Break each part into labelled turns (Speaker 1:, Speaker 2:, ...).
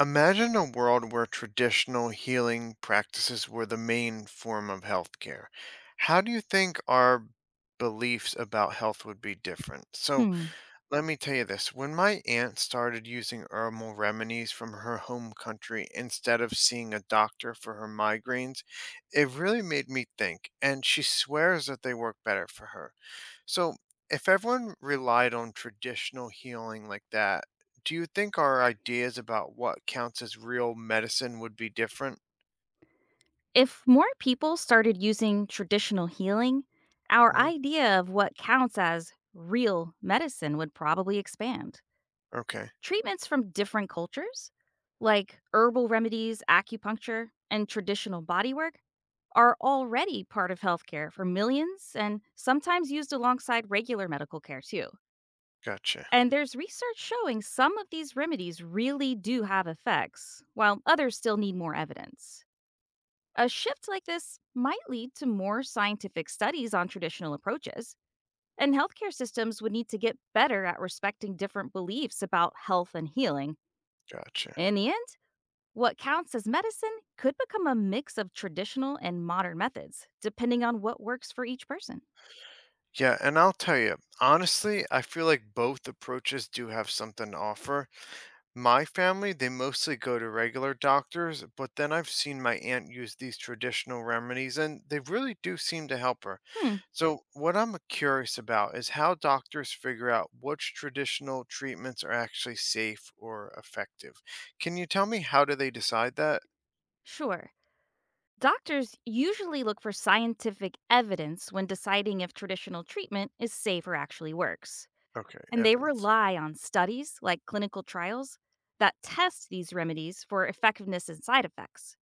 Speaker 1: Imagine a world where traditional healing practices were the main form of healthcare. How do you think our beliefs about health would be different?
Speaker 2: Hmm.
Speaker 1: Let me tell you this. When my aunt started using herbal remedies from her home country instead of seeing a doctor for her migraines, it really made me think, and she swears that they work better for her. So, if everyone relied on traditional healing like that, do you think our ideas about what counts as real medicine would be different?
Speaker 2: If more people started using traditional healing, our
Speaker 1: hmm
Speaker 2: idea of what counts as real medicine would probably expand.
Speaker 1: Okay,
Speaker 2: Treatments from different cultures, like herbal remedies, acupuncture, and traditional bodywork, are already part of healthcare for millions and sometimes used alongside regular medical care too.
Speaker 1: gotcha,
Speaker 2: And there's research showing some of these remedies really do have effects, while others still need more evidence. A shift like this might lead to more scientific studies on traditional approaches, and healthcare systems would need to get better at respecting different beliefs about health and healing.
Speaker 1: gotcha.
Speaker 2: In the end, what counts as medicine could become a mix of traditional and modern methods, depending on what works for each person.
Speaker 1: Yeah, and I'll tell you, honestly, I feel like both approaches do have something to offer. My family, they mostly go to regular doctors, but then I've seen my aunt use these traditional remedies and they really do seem to help her.
Speaker 2: Hmm,
Speaker 1: So, what I'm curious about is how doctors figure out which traditional treatments are actually safe or effective. Can you tell me how do they decide that?
Speaker 2: sure. Doctors usually look for scientific evidence when deciding if traditional treatment is safe or actually works,
Speaker 1: Okay,
Speaker 2: and they
Speaker 1: evidence.
Speaker 2: rely on studies like clinical trials that test these remedies for effectiveness and side effects.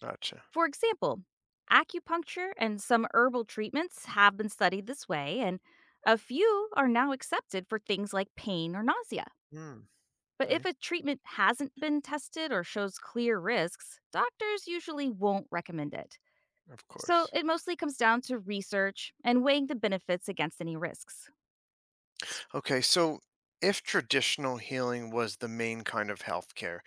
Speaker 1: Gotcha.
Speaker 2: For example, acupuncture and some herbal treatments have been studied this way, and a few are now accepted for things like pain or nausea.
Speaker 1: Hmm.
Speaker 2: But if
Speaker 1: Yeah,
Speaker 2: a treatment hasn't been tested or shows clear risks, doctors usually won't recommend it.
Speaker 1: of
Speaker 2: So
Speaker 1: course.
Speaker 2: it mostly comes down to research and weighing the benefits against any risks.
Speaker 1: Okay, so if traditional healing was the main kind of healthcare,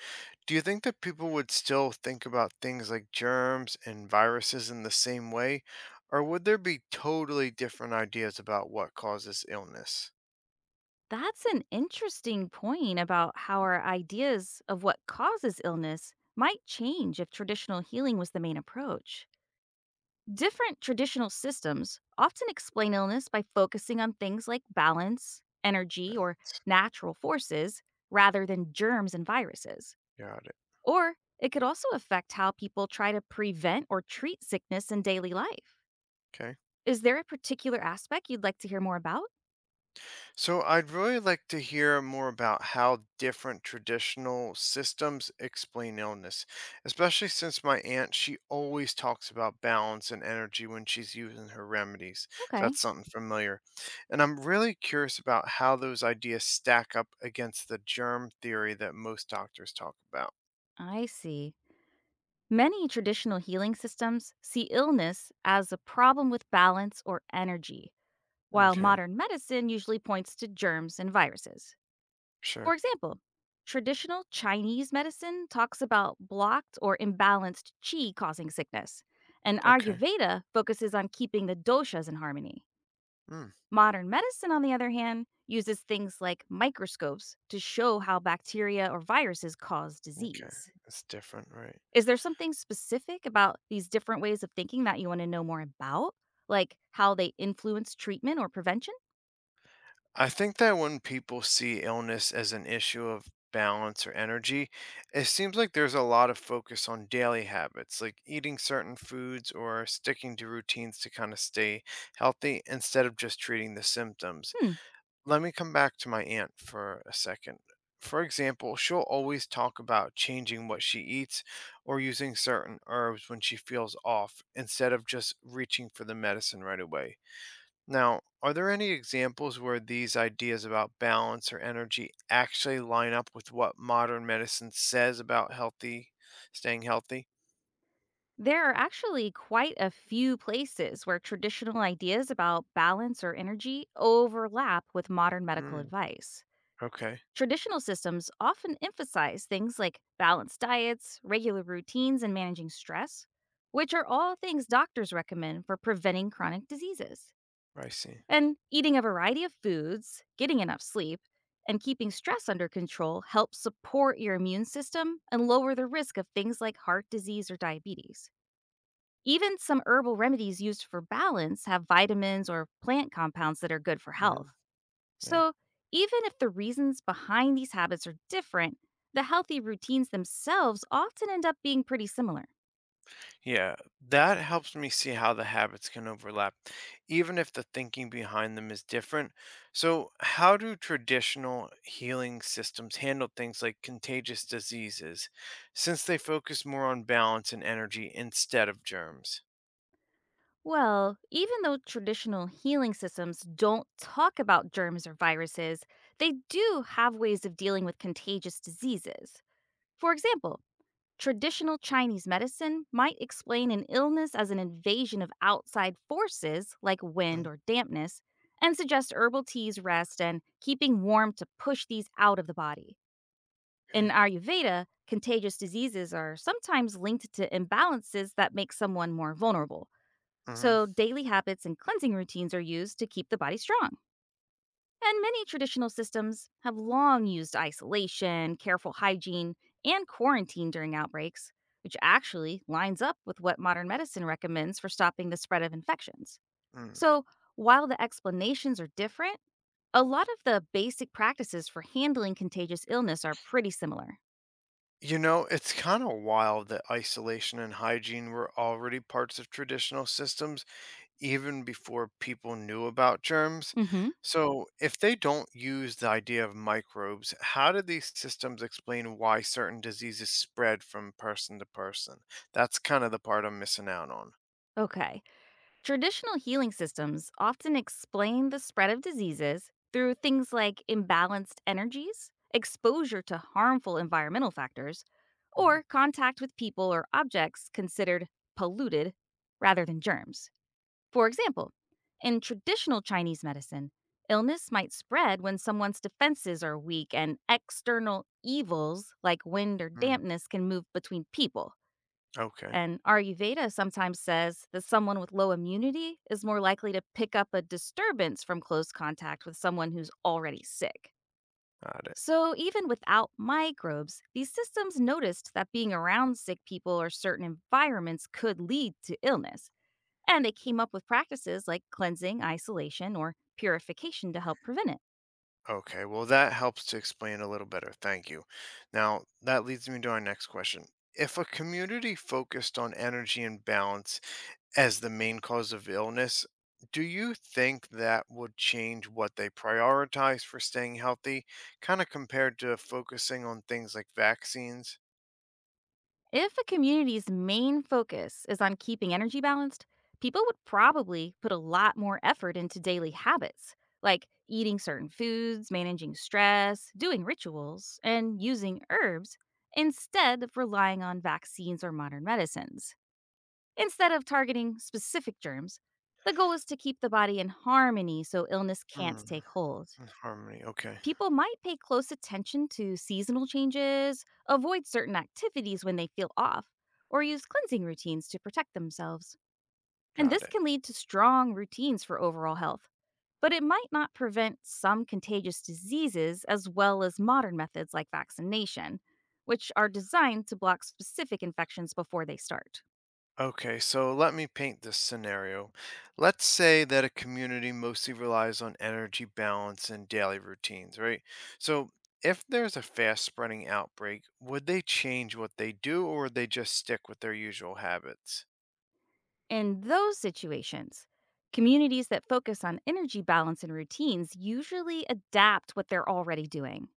Speaker 1: do you think that people would still think about things like germs and viruses in the same way, or would there be totally different ideas about what causes illness?
Speaker 2: That's an interesting point about how our ideas of what causes illness might change if traditional healing was the main approach. Different traditional systems often explain illness by focusing on things like balance, energy,
Speaker 1: Really?
Speaker 2: or natural forces rather than germs and viruses.
Speaker 1: Got it.
Speaker 2: Or it could also affect how people try to prevent or treat sickness in daily life.
Speaker 1: Okay.
Speaker 2: Is there a particular aspect you'd like to hear more about?
Speaker 1: So I'd really like to hear more about how different traditional systems explain illness, especially since my aunt, she always talks about balance and energy when she's using her remedies. So
Speaker 2: Okay,
Speaker 1: that's something familiar. And I'm really curious about how those ideas stack up against the germ theory that most doctors talk about.
Speaker 2: I see. Many traditional healing systems see illness as a problem with balance or energy, while
Speaker 1: Okay,
Speaker 2: modern medicine usually points to germs and viruses. For
Speaker 1: sure.
Speaker 2: example, traditional Chinese medicine talks about blocked or imbalanced qi causing sickness, and
Speaker 1: Okay.
Speaker 2: Ayurveda focuses on keeping the doshas in harmony.
Speaker 1: Mm,
Speaker 2: Modern medicine, on the other hand, uses things like microscopes to show how bacteria or viruses cause
Speaker 1: okay.
Speaker 2: disease.
Speaker 1: It's different, right?
Speaker 2: Is there something specific about these different ways of thinking that you wanna know more about? Like how they influence treatment or prevention?
Speaker 1: I think that when people see illness as an issue of balance or energy, it seems like there's a lot of focus on daily habits, like eating certain foods or sticking to routines to kind of stay healthy instead of just treating the symptoms.
Speaker 2: Hmm.
Speaker 1: Let me come back to my aunt for a second. For example, she'll always talk about changing what she eats or using certain herbs when she feels off instead of just reaching for the medicine right away. Now, are there any examples where these ideas about balance or energy actually line up with what modern medicine says about healthy, staying healthy?
Speaker 2: There are actually quite a few places where traditional ideas about balance or energy overlap with modern medical
Speaker 1: Mm,
Speaker 2: advice.
Speaker 1: okay,
Speaker 2: Traditional systems often emphasize things like balanced diets, regular routines, and managing stress, which are all things doctors recommend for preventing chronic diseases.
Speaker 1: I see.
Speaker 2: And eating a variety of foods, getting enough sleep, and keeping stress under control helps support your immune system and lower the risk of things like heart disease or diabetes. Even some herbal remedies used for balance have vitamins or plant compounds that are good for
Speaker 1: hmm
Speaker 2: health. So, even if the reasons behind these habits are different, the healthy routines themselves often end up being pretty similar.
Speaker 1: Yeah, that helps me see how the habits can overlap, even if the thinking behind them is different. So, how do traditional healing systems handle things like contagious diseases, since they focus more on balance and energy instead of germs?
Speaker 2: Well, even though traditional healing systems don't talk about germs or viruses, they do have ways of dealing with contagious diseases. For example, traditional Chinese medicine might explain an illness as an invasion of outside forces like wind or dampness, and suggest herbal teas rest and keeping warm to push these out of the body. In
Speaker 1: Okay.
Speaker 2: Ayurveda, contagious diseases are sometimes linked to imbalances that make someone more vulnerable. So,
Speaker 1: Mm-hmm.
Speaker 2: daily habits and cleansing routines are used to keep the body strong. And many traditional systems have long used isolation, careful hygiene, and quarantine during outbreaks, which actually lines up with what modern medicine recommends for stopping the spread of infections.
Speaker 1: Mm-hmm.
Speaker 2: So, while the explanations are different, a lot of the basic practices for handling contagious illness are pretty similar.
Speaker 1: You know, it's kind of wild that isolation and hygiene were already parts of traditional systems even before people knew about germs.
Speaker 2: Mhm.
Speaker 1: So, if they don't use the idea of microbes, how do these systems explain why certain diseases spread from person to person? That's kind of the part I'm missing out on.
Speaker 2: Okay. Traditional healing systems often explain the spread of diseases through things like imbalanced energies, exposure to harmful environmental factors,
Speaker 1: Mhm.
Speaker 2: or contact with people or objects considered polluted rather than germs. For example, in traditional Chinese medicine, illness might spread when someone's defenses are weak and external evils like wind or
Speaker 1: Mm,
Speaker 2: dampness can move between people.
Speaker 1: okay.
Speaker 2: And Ayurveda sometimes says that someone with low immunity is more likely to pick up a disturbance from close contact with someone who's already sick.
Speaker 1: Got
Speaker 2: So, even without microbes, these systems noticed that being around sick people or certain environments could lead to illness. And they came up with practices like cleansing, isolation, or purification to help prevent it.
Speaker 1: Okay, well, that helps to explain a little better. Thank you. Now, that leads me to our next question. If a community focused on energy and balance as the main cause of illness, do you think that would change what they prioritize for staying healthy, kind of compared to focusing on things like vaccines?
Speaker 2: If a community's main focus is on keeping energy balanced, people would probably put a lot more effort into daily habits, like eating certain foods, managing stress, doing rituals, and using herbs, instead of relying on vaccines or modern medicines. Instead of targeting specific germs, the goal is to keep the body in harmony so illness can't
Speaker 1: Mm,
Speaker 2: take hold.
Speaker 1: harmony. Okay,
Speaker 2: People might pay close attention to seasonal changes, avoid certain activities when they feel off, or use cleansing routines to protect themselves. And
Speaker 1: got
Speaker 2: this
Speaker 1: it.
Speaker 2: can lead to strong routines for overall health, but it might not prevent some contagious diseases as well as modern methods like vaccination, which are designed to block specific infections before they start.
Speaker 1: Okay, so let me paint this scenario. Let's say that a community mostly relies on energy balance and daily routines, right? So, if there's a fast spreading outbreak, would they change what they do or would they just stick with their usual habits?
Speaker 2: In those situations, communities that focus on energy balance and routines usually adapt what they're already doing.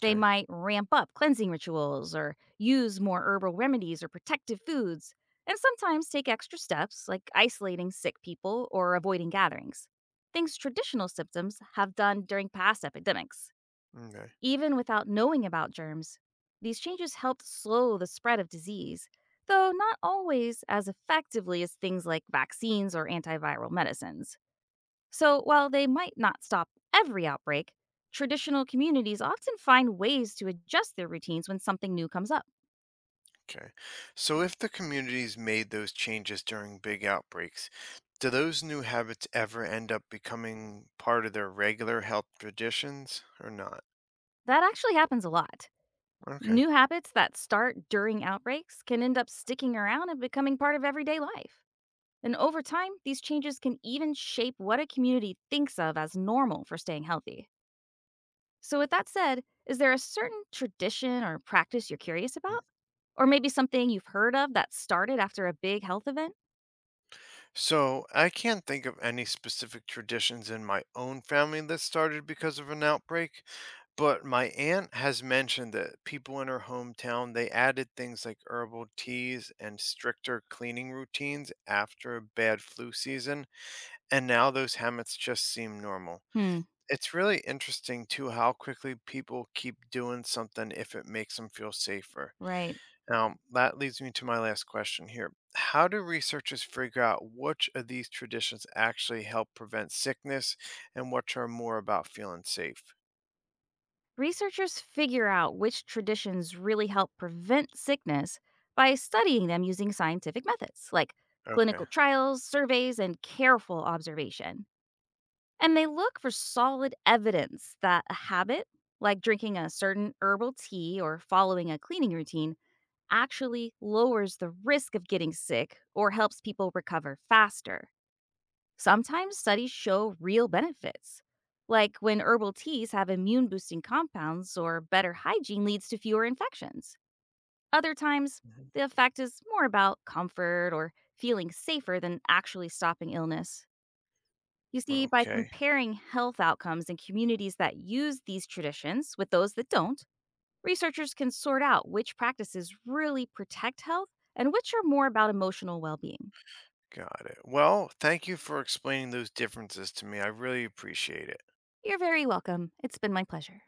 Speaker 2: They might ramp up cleansing rituals or use more herbal remedies or protective foods, and sometimes take extra steps like isolating sick people or avoiding gatherings. Things traditional symptoms have done during past epidemics.
Speaker 1: okay,
Speaker 2: Even without knowing about germs, these changes helped slow the spread of disease, though not always as effectively as things like vaccines or antiviral medicines. So, while they might not stop every outbreak, traditional communities often find ways to adjust their routines when something new comes up.
Speaker 1: okay. So, if the communities made those changes during big outbreaks, do those new habits ever end up becoming part of their regular health traditions or not?
Speaker 2: That actually happens a lot.
Speaker 1: Okay.
Speaker 2: New habits that start during outbreaks can end up sticking around and becoming part of everyday life. And over time, these changes can even shape what a community thinks of as normal for staying healthy. So, with that said, is there a certain tradition or practice you're curious about? Or maybe something you've heard of that started after a big health event?
Speaker 1: So, I can't think of any specific traditions in my own family that started because of an outbreak, but my aunt has mentioned that people in her hometown, they added things like herbal teas and stricter cleaning routines after a bad flu season, and now those habits just seem normal.
Speaker 2: Hmm,
Speaker 1: It's really interesting too how quickly people keep doing something if it makes them feel safer.
Speaker 2: right.
Speaker 1: Now, that leads me to my last question here. How do researchers figure out which of these traditions actually help prevent sickness and which are more about feeling safe?
Speaker 2: Researchers figure out which traditions really help prevent sickness by studying them using scientific methods like
Speaker 1: Okay.
Speaker 2: clinical trials, surveys, and careful observation. And they look for solid evidence that a habit, like drinking a certain herbal tea or following a cleaning routine, actually lowers the risk of getting sick or helps people recover faster. Sometimes studies show real benefits, like when herbal teas have immune boosting compounds or better hygiene leads to fewer infections. Other times,
Speaker 1: Mhm.
Speaker 2: the effect is more about comfort or feeling safer than actually stopping illness. You see, by
Speaker 1: Okay.
Speaker 2: comparing health outcomes in communities that use these traditions with those that don't, researchers can sort out which practices really protect health and which are more about emotional well being.
Speaker 1: Got it. Well, thank you for explaining those differences to me. I really appreciate it.
Speaker 2: You're very welcome. It's been my pleasure.